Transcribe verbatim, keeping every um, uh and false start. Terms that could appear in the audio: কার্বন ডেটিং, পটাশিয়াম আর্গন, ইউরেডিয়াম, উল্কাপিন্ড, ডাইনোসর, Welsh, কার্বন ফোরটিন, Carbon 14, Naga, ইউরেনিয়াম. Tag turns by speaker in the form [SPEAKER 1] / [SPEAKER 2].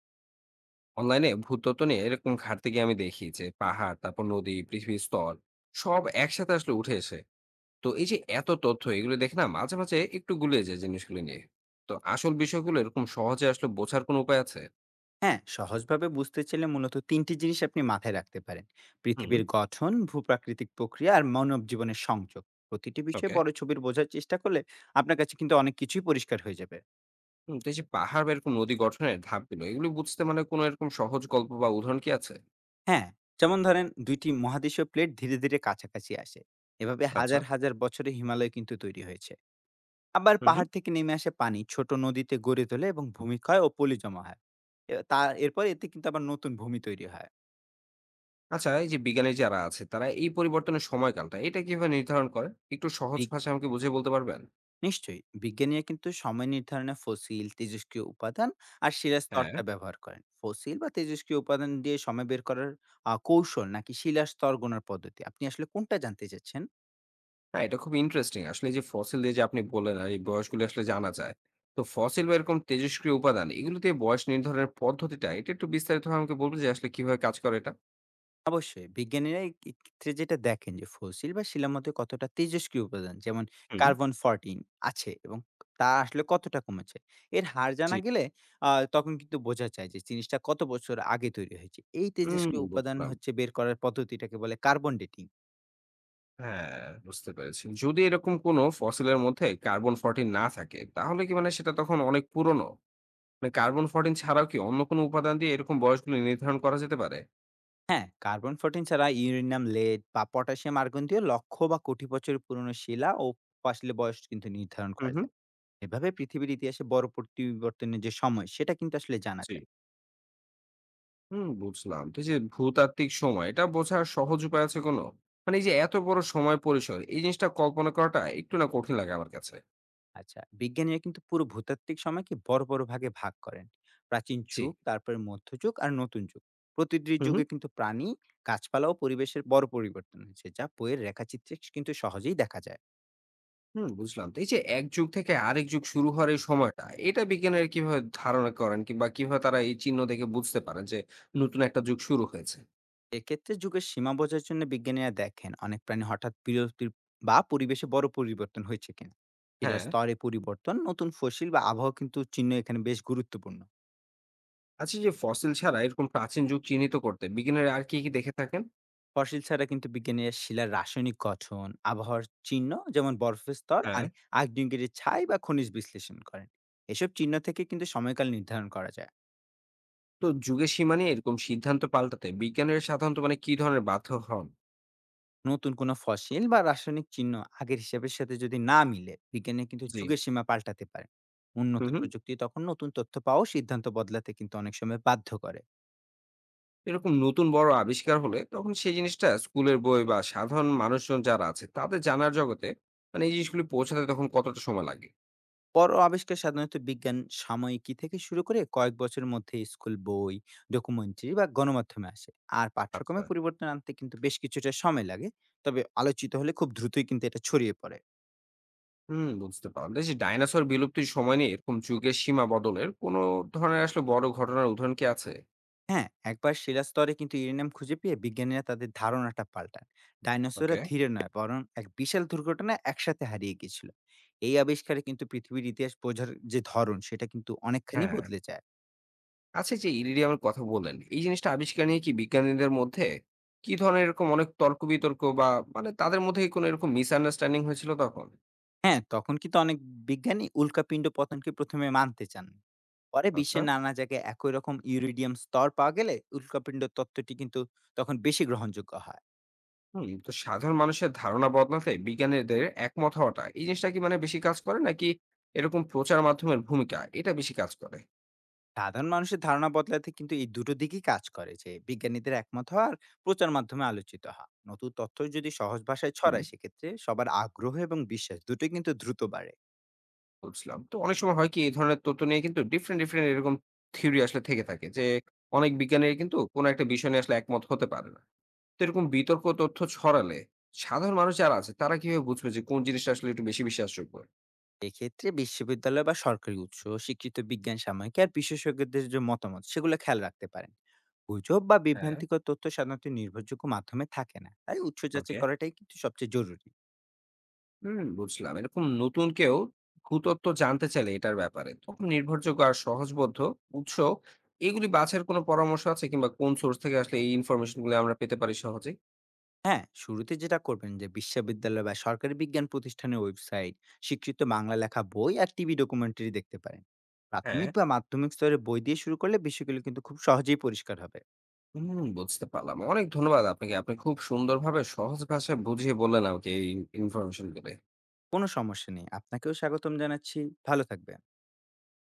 [SPEAKER 1] অনলাইনে ভূতত্ব নিয়ে এরকম ঘাটতে গিয়ে আমি দেখি যে পাহাড়, তারপর নদী, পৃথিবীর স্তর সব একসাথে আসলে উঠে এসে। তো এই যে এত তথ্য এগুলো দেখে না, মাঝে মাঝে একটু গুলিয়ে যায় জিনিসগুলো নিয়ে। তো আসল বিষয়গুলো এরকম সহজে আসলে বোঝার কোনো উপায় আছে?
[SPEAKER 2] হ্যাঁ, সহজভাবে বুঝতে চাইলে মূলত তিনটি জিনিস আপনি মাথায় রাখতে পারেন।
[SPEAKER 1] হুম।
[SPEAKER 2] পৃথিবীর গঠন, ভূপ্রাকৃতিক প্রক্রিয়া আর মানব জীবনের সংযোগ। প্রতিটি বিষয়ে
[SPEAKER 1] ওকে।
[SPEAKER 2] বড় ছবির বোঝার চেষ্টা করলে আপনার কাছে কিন্তু অনেক কিছুই পরিষ্কার হয়ে যাবে।
[SPEAKER 1] হুম, তো এই যে পাহাড় বা এরকম নদী গঠনের ধাপগুলো এগুলো বুঝতে মানে কোনো এরকম সহজ গল্প বা উদাহরণ কি আছে?
[SPEAKER 2] হ্যাঁ, যেমন ধরেন, দুইটি মহাদেশীয় প্লেট ধীরে ধীরে কাছাকাছি আসে। এভাবে
[SPEAKER 1] আচ্ছা।
[SPEAKER 2] হাজার হাজার বছরে হিমালয় কিন্তু তৈরি হয়েছে। আবার
[SPEAKER 1] হুম, হুম।
[SPEAKER 2] পাহাড় থেকে নেমে আসে পানি, ছোট নদীতে গড়ে তোলে এবং ভূমিক্ষয় ও পলি জমা হয়। এ- তা এরপর এতে কিন্তু আবার নতুন ভূমি তৈরি হয়।
[SPEAKER 1] আচ্ছা, এই যে বিজ্ঞানী যারা আছে তারা এই পরিবর্তনের সময়কালটা এটা কিভাবে নির্ধারণ করে? একটু সহজ ভাষায় আমাকে বুঝিয়ে বলতে পারবেন?
[SPEAKER 2] নিশ্চয়ই, বিজ্ঞানীরা কিন্তু সময় নির্ধারণে ফসিল, তেজস্ক্রিয় উপাদান আর শিলার
[SPEAKER 1] হ্যাঁ।
[SPEAKER 2] স্তরটা ব্যবহার করেন। ফসিল বা তেজস্ক্রিয় উপাদান দিয়ে সময় বের করার আহ, কৌশল, নাকি শিলার স্তর গোনার পদ্ধতি, আপনি আসলে কোনটা জানতে চাচ্ছেন?
[SPEAKER 1] না, এটা খুব ইন্টারেস্টিং। আসলে এই যে ফসিল দিয়ে যে আপনি বললেন আর এই বয়সগুলো আসলে জানা যায়। তো ফসিল বা এরকম তেজস্ক্রিয় উপাদান এগুলো দিয়ে বয়স নির্ধারণের পদ্ধতিটা এটা একটু বিস্তারিতভাবে আমাকে বলবেন যে আসলে কিভাবে কাজ করে এটা?
[SPEAKER 2] অবশ্যই, বিজ্ঞানীরা এই এই ক্ষেত্রে যেটা দেখেন যে ফসিল বা শিলার মধ্যে কতটা তেজস্ক্রিয় উপাদান, যেমন
[SPEAKER 1] হুম।
[SPEAKER 2] কার্বন ফোরটিন, আছে এবং তা আসলে কতটা কমেছে, এর হার
[SPEAKER 1] জি।
[SPEAKER 2] জানা গেলে আহ, তখন কিন্তু বোঝা যায় যে জিনিসটা কত বছর আগে তৈরি হয়েছে। এই
[SPEAKER 1] হুম,
[SPEAKER 2] তেজস্ক্রিয় উপাদান
[SPEAKER 1] বুঝলাম।
[SPEAKER 2] হচ্ছে বের করার পদ্ধতিটাকে বলে কার্বন ডেটিং।
[SPEAKER 1] হ্যাঁ, বুঝতে পেরেছি। যদি এরকম কোনো ফসিলের মধ্যে কার্বন চৌদ্দ না থাকে তাহলে কি মানে সেটা তখন অনেক পুরনো? মানে কার্বন চৌদ্দ ছাড়াও কি অন্য কোনো উপাদান দিয়ে এরকম বয়সগুলো নির্ধারণ করা যেতে পারে?
[SPEAKER 2] হ্যাঁ, কার্বন চৌদ্দ ছাড়া ইউরেনিয়াম লেড বা পটাশিয়াম আর্গন দিয়ে লক্ষ বা কোটি বছরের পুরনো শিলা ও পাশলে বয়স কিন্তু নির্ধারণ
[SPEAKER 1] হুম,
[SPEAKER 2] করা
[SPEAKER 1] হুম।
[SPEAKER 2] যায়। এভাবে পৃথিবীর ইতিহাসে বড় পরিবর্তনের যে সময়, সেটা কিন্তু আসলে জানা
[SPEAKER 1] জি।
[SPEAKER 2] যায়।
[SPEAKER 1] হুম, বুঝলাম। তো এই যে ভূতাত্ত্বিক সময় এটা বোঝার সহজ উপায় আছে কোনো? মানে এই যে এত বড় সময় পরিসর এই জিনিসটা কল্পনা করাটা একটু না কঠিন লাগে আমার কাছে।
[SPEAKER 2] আচ্ছা, বিজ্ঞানীরা কিন্তু পুরো ভূতাত্ত্বিক সময়কে বড় বড় ভাগে ভাগ করেন প্রাচীন
[SPEAKER 1] জি।
[SPEAKER 2] যুগ, তারপরে মধ্যযুগ আর নতুন যুগ। প্রতিটি
[SPEAKER 1] হুম, হুম।
[SPEAKER 2] যুগে কিন্তু প্রাণী, গাছপালা ও পরিবেশের বড় পরিবর্তন হয়েছে, যা বইয়ের রেখাচিত্রে কিন্তু সহজেই দেখা যায়।
[SPEAKER 1] হুম, বুঝলাম। তো এই যে এক যুগ থেকে আরেক যুগ শুরু হওয়ার এই সময়টা এটা বিজ্ঞানীরা কিভাবে ধারণা করেন, কিংবা কিভাবে তারা এই চিহ্ন দেখে বুঝতে পারেন যে নতুন একটা যুগ শুরু হয়েছে?
[SPEAKER 2] এক্ষেত্রে যুগের সীমা বোঝার জন্য বিজ্ঞানীরা দেখেন অনেক প্রাণী হঠাৎ বিরতির বা পরিবেশে বড় পরিবর্তন হয়েছে কিনা। শিলার
[SPEAKER 1] হ্যাঁ।
[SPEAKER 2] স্তরে পরিবর্তন, নতুন ফসিল বা আবহাওয়া কিন্তু চিহ্ন এখানে বেশ গুরুত্বপূর্ণ।
[SPEAKER 1] আচ্ছা, এই যে ফসিল ছাড়া এরকম প্রাচীন যুগ চিহ্নিত করতে বিজ্ঞানীরা আর কি, কি দেখে থাকেন?
[SPEAKER 2] ফসিল ছাড়া কিন্তু বিজ্ঞানীরা শিলার রাসায়নিক গঠন, আবহাওয়ার চিহ্ন যেমন বরফের স্তর
[SPEAKER 1] হ্যাঁ।
[SPEAKER 2] আর আগ্নেয়গিরির ছাই বা খনিজ বিশ্লেষণ করেন। এসব চিহ্ন থেকে কিন্তু সময়কাল নির্ধারণ করা যায়।
[SPEAKER 1] তো যুগের সীমা নিয়ে এরকম সিদ্ধান্ত পাল্টাতে বিজ্ঞানীরা সাধারণত মানে কি ধরনের বাধ্য হন?
[SPEAKER 2] নতুন কোনো ফসিল বা রাসায়নিক চিহ্ন আগের হিসাবের সাথে যদি না মিলে, বিজ্ঞানী কিন্তু
[SPEAKER 1] জি।
[SPEAKER 2] যুগের সীমা পাল্টাতে পারে।
[SPEAKER 1] হুম,
[SPEAKER 2] উন্নত
[SPEAKER 1] হুম।
[SPEAKER 2] প্রযুক্তি, তখন নতুন তথ্য পাওয়া সিদ্ধান্ত বদলাতে কিন্তু অনেক সময় বাধ্য করে।
[SPEAKER 1] এরকম নতুন বড় আবিষ্কার হলে তখন সেই জিনিসটা স্কুলের বই বা সাধারণ মানুষজন যারা আছে তাদের জানার জগতে, মানে এই জিনিসগুলি পৌঁছাতে তখন কতটা সময় লাগে?
[SPEAKER 2] বড় আবিষ্কার সাধারণত বিজ্ঞান সাময়িকী থেকে শুরু করে কয়েক বছরের মধ্যে স্কুল বই, ডকুমেন্টারি বা গণমাধ্যমে আসে। আর
[SPEAKER 1] আচ্ছা।
[SPEAKER 2] পাঠ্যক্রমে পরিবর্তন আনতে কিন্তু বেশ কিছুটা সময় লাগে। তবে আলোচিত হলে খুব দ্রুতই কিন্তু এটা ছড়িয়ে পড়ে।
[SPEAKER 1] হুম, বুঝতে পারলাম। এই যে ডাইনোসর বিলুপ্তির সময় নিয়ে এরকম যুগের সীমা বদলের কোনো ধরনের আসলে বড় ঘটনার উদাহরণ কি আছে?
[SPEAKER 2] হ্যাঁ, একবার শিলাস্তরে কিন্তু ইউরেনিয়াম খুঁজে পেয়ে বিজ্ঞানীরা তাদের ধারণাটা পাল্টান।
[SPEAKER 1] ওকে।
[SPEAKER 2] ডাইনোসররা ধীরে নয়, বরং এক বিশাল দুর্ঘটনায় একসাথে হারিয়ে গিয়েছিল। এই আবিষ্কারে কিন্তু পৃথিবীর ইতিহাস বোঝার যে ধরন, সেটা কিন্তু অনেকখানি
[SPEAKER 1] হ্যাঁ।
[SPEAKER 2] বদলে যায়।
[SPEAKER 1] আচ্ছা, এই যে ইরিডিয়ামের কথা বললেন, এই জিনিসটা আবিষ্কার নিয়ে কি বিজ্ঞানীদের মধ্যে কি ধরনের এরকম অনেক তর্ক বিতর্ক বা মানে তাদের মধ্যে কি কোনো এরকম মিসআন্ডারস্ট্যান্ডিং হয়েছিল তখন?
[SPEAKER 2] হ্যাঁ, তখন কিন্তু অনেক বিজ্ঞানী উল্কাপিন্ড পতনকে প্রথমে মানতে চান। পরে
[SPEAKER 1] আচ্ছা।
[SPEAKER 2] বিশ্বের নানা জায়গায় একই রকম ইউরেডিয়াম স্তর পাওয়া গেলে উল্কাপিন্ড তত্ত্বটি কিন্তু তখন বেশি গ্রহণযোগ্য হয়।
[SPEAKER 1] হুম, তো সাধারণ মানুষের ধারণা বদলাতে বিজ্ঞানীদের একমত হওয়াটা এই জিনিসটা কি মানে বেশি কাজ করে, নাকি এরকম প্রচার মাধ্যমের ভূমিকা এটা বেশি কাজ করে?
[SPEAKER 2] সাধারণ মানুষের ধারণা বদলাতে কিন্তু এই দুটো দিকই কাজ করে যে বিজ্ঞানীদের একমত হওয়া আর প্রচার মাধ্যমে আলোচিত হওয়া। নতুন তথ্য যদি সহজ ভাষায়
[SPEAKER 1] হুম,
[SPEAKER 2] ছড়ায়, সেক্ষেত্রে সবার আগ্রহ এবং বিশ্বাস দুটোই কিন্তু দ্রুত বাড়ে।
[SPEAKER 1] বুঝলাম। তো অনেক সময় হয় কি এই ধরনের তথ্য নিয়ে কিন্তু ডিফারেন্ট ডিফারেন্ট এরকম থিওরি আসলে থেকে থাকে, যে অনেক বিজ্ঞানীরা কিন্তু কোনো একটা বিষয় নিয়ে আসলে একমত হতে পারে না। তো এরকম বিতর্ক তথ্য ছড়ালে সাধারণ মানুষ যারা আছে তারা কিভাবে বুঝবে যে কোন জিনিসটা আসলে একটু বেশি বিশ্বাসযোগ্য?
[SPEAKER 2] এক্ষেত্রে বিশ্ববিদ্যালয় বা সরকারি উৎস, শিক্ষিত বিজ্ঞান সাময়িকী আর বিশেষজ্ঞদের যে মতামত, সেগুলো খেয়াল রাখতে পারেন। গুজব বা
[SPEAKER 1] হ্যাঁ।
[SPEAKER 2] বিভ্রান্তিকর তথ্য সাধারণত নির্ভরযোগ্য মাধ্যমে থাকে না, তাই উৎস যাচাই
[SPEAKER 1] ওকে।
[SPEAKER 2] করাটাই কিন্তু সবচেয়ে জরুরি।
[SPEAKER 1] হুম, বুঝলাম। এরকম নতুন কেউ ভূতত্ত্ব জানতে চাইলে এটার ব্যাপারে তখন নির্ভরযোগ্য আর সহজবোধ্য উৎস এগুলি বাছাইয়ের কোনো পরামর্শ আছে, কিংবা কোন সোর্স থেকে আসলে এই ইনফরমেশন গুলো আমরা পেতে পারি সহজে?
[SPEAKER 2] হ্যাঁ, শুরুতে যেটা করবেন, যে বিশ্ববিদ্যালয় বা সরকারি বিজ্ঞান প্রতিষ্ঠানের ওয়েবসাইট, স্বীকৃত বাংলা লেখা বই আর টিভি ডকুমেন্টারি দেখতে পারেন।
[SPEAKER 1] হ্যাঁ।
[SPEAKER 2] প্রাথমিক বা মাধ্যমিক স্তরে বই দিয়ে শুরু করলে বিষয়গুলো কিন্তু খুব সহজেই পরিষ্কার হবে।
[SPEAKER 1] হুম, বুঝতে পারলাম। অনেক ধন্যবাদ আপনাকে, আপনি খুব সুন্দরভাবে সহজ ভাষায় বুঝিয়ে বললেন আমাকে এই ইনফরমেশন গুলো।
[SPEAKER 2] কোনো সমস্যা নেই। আপনাকেও স্বাগতম জানাচ্ছি। ভালো থাকবেন।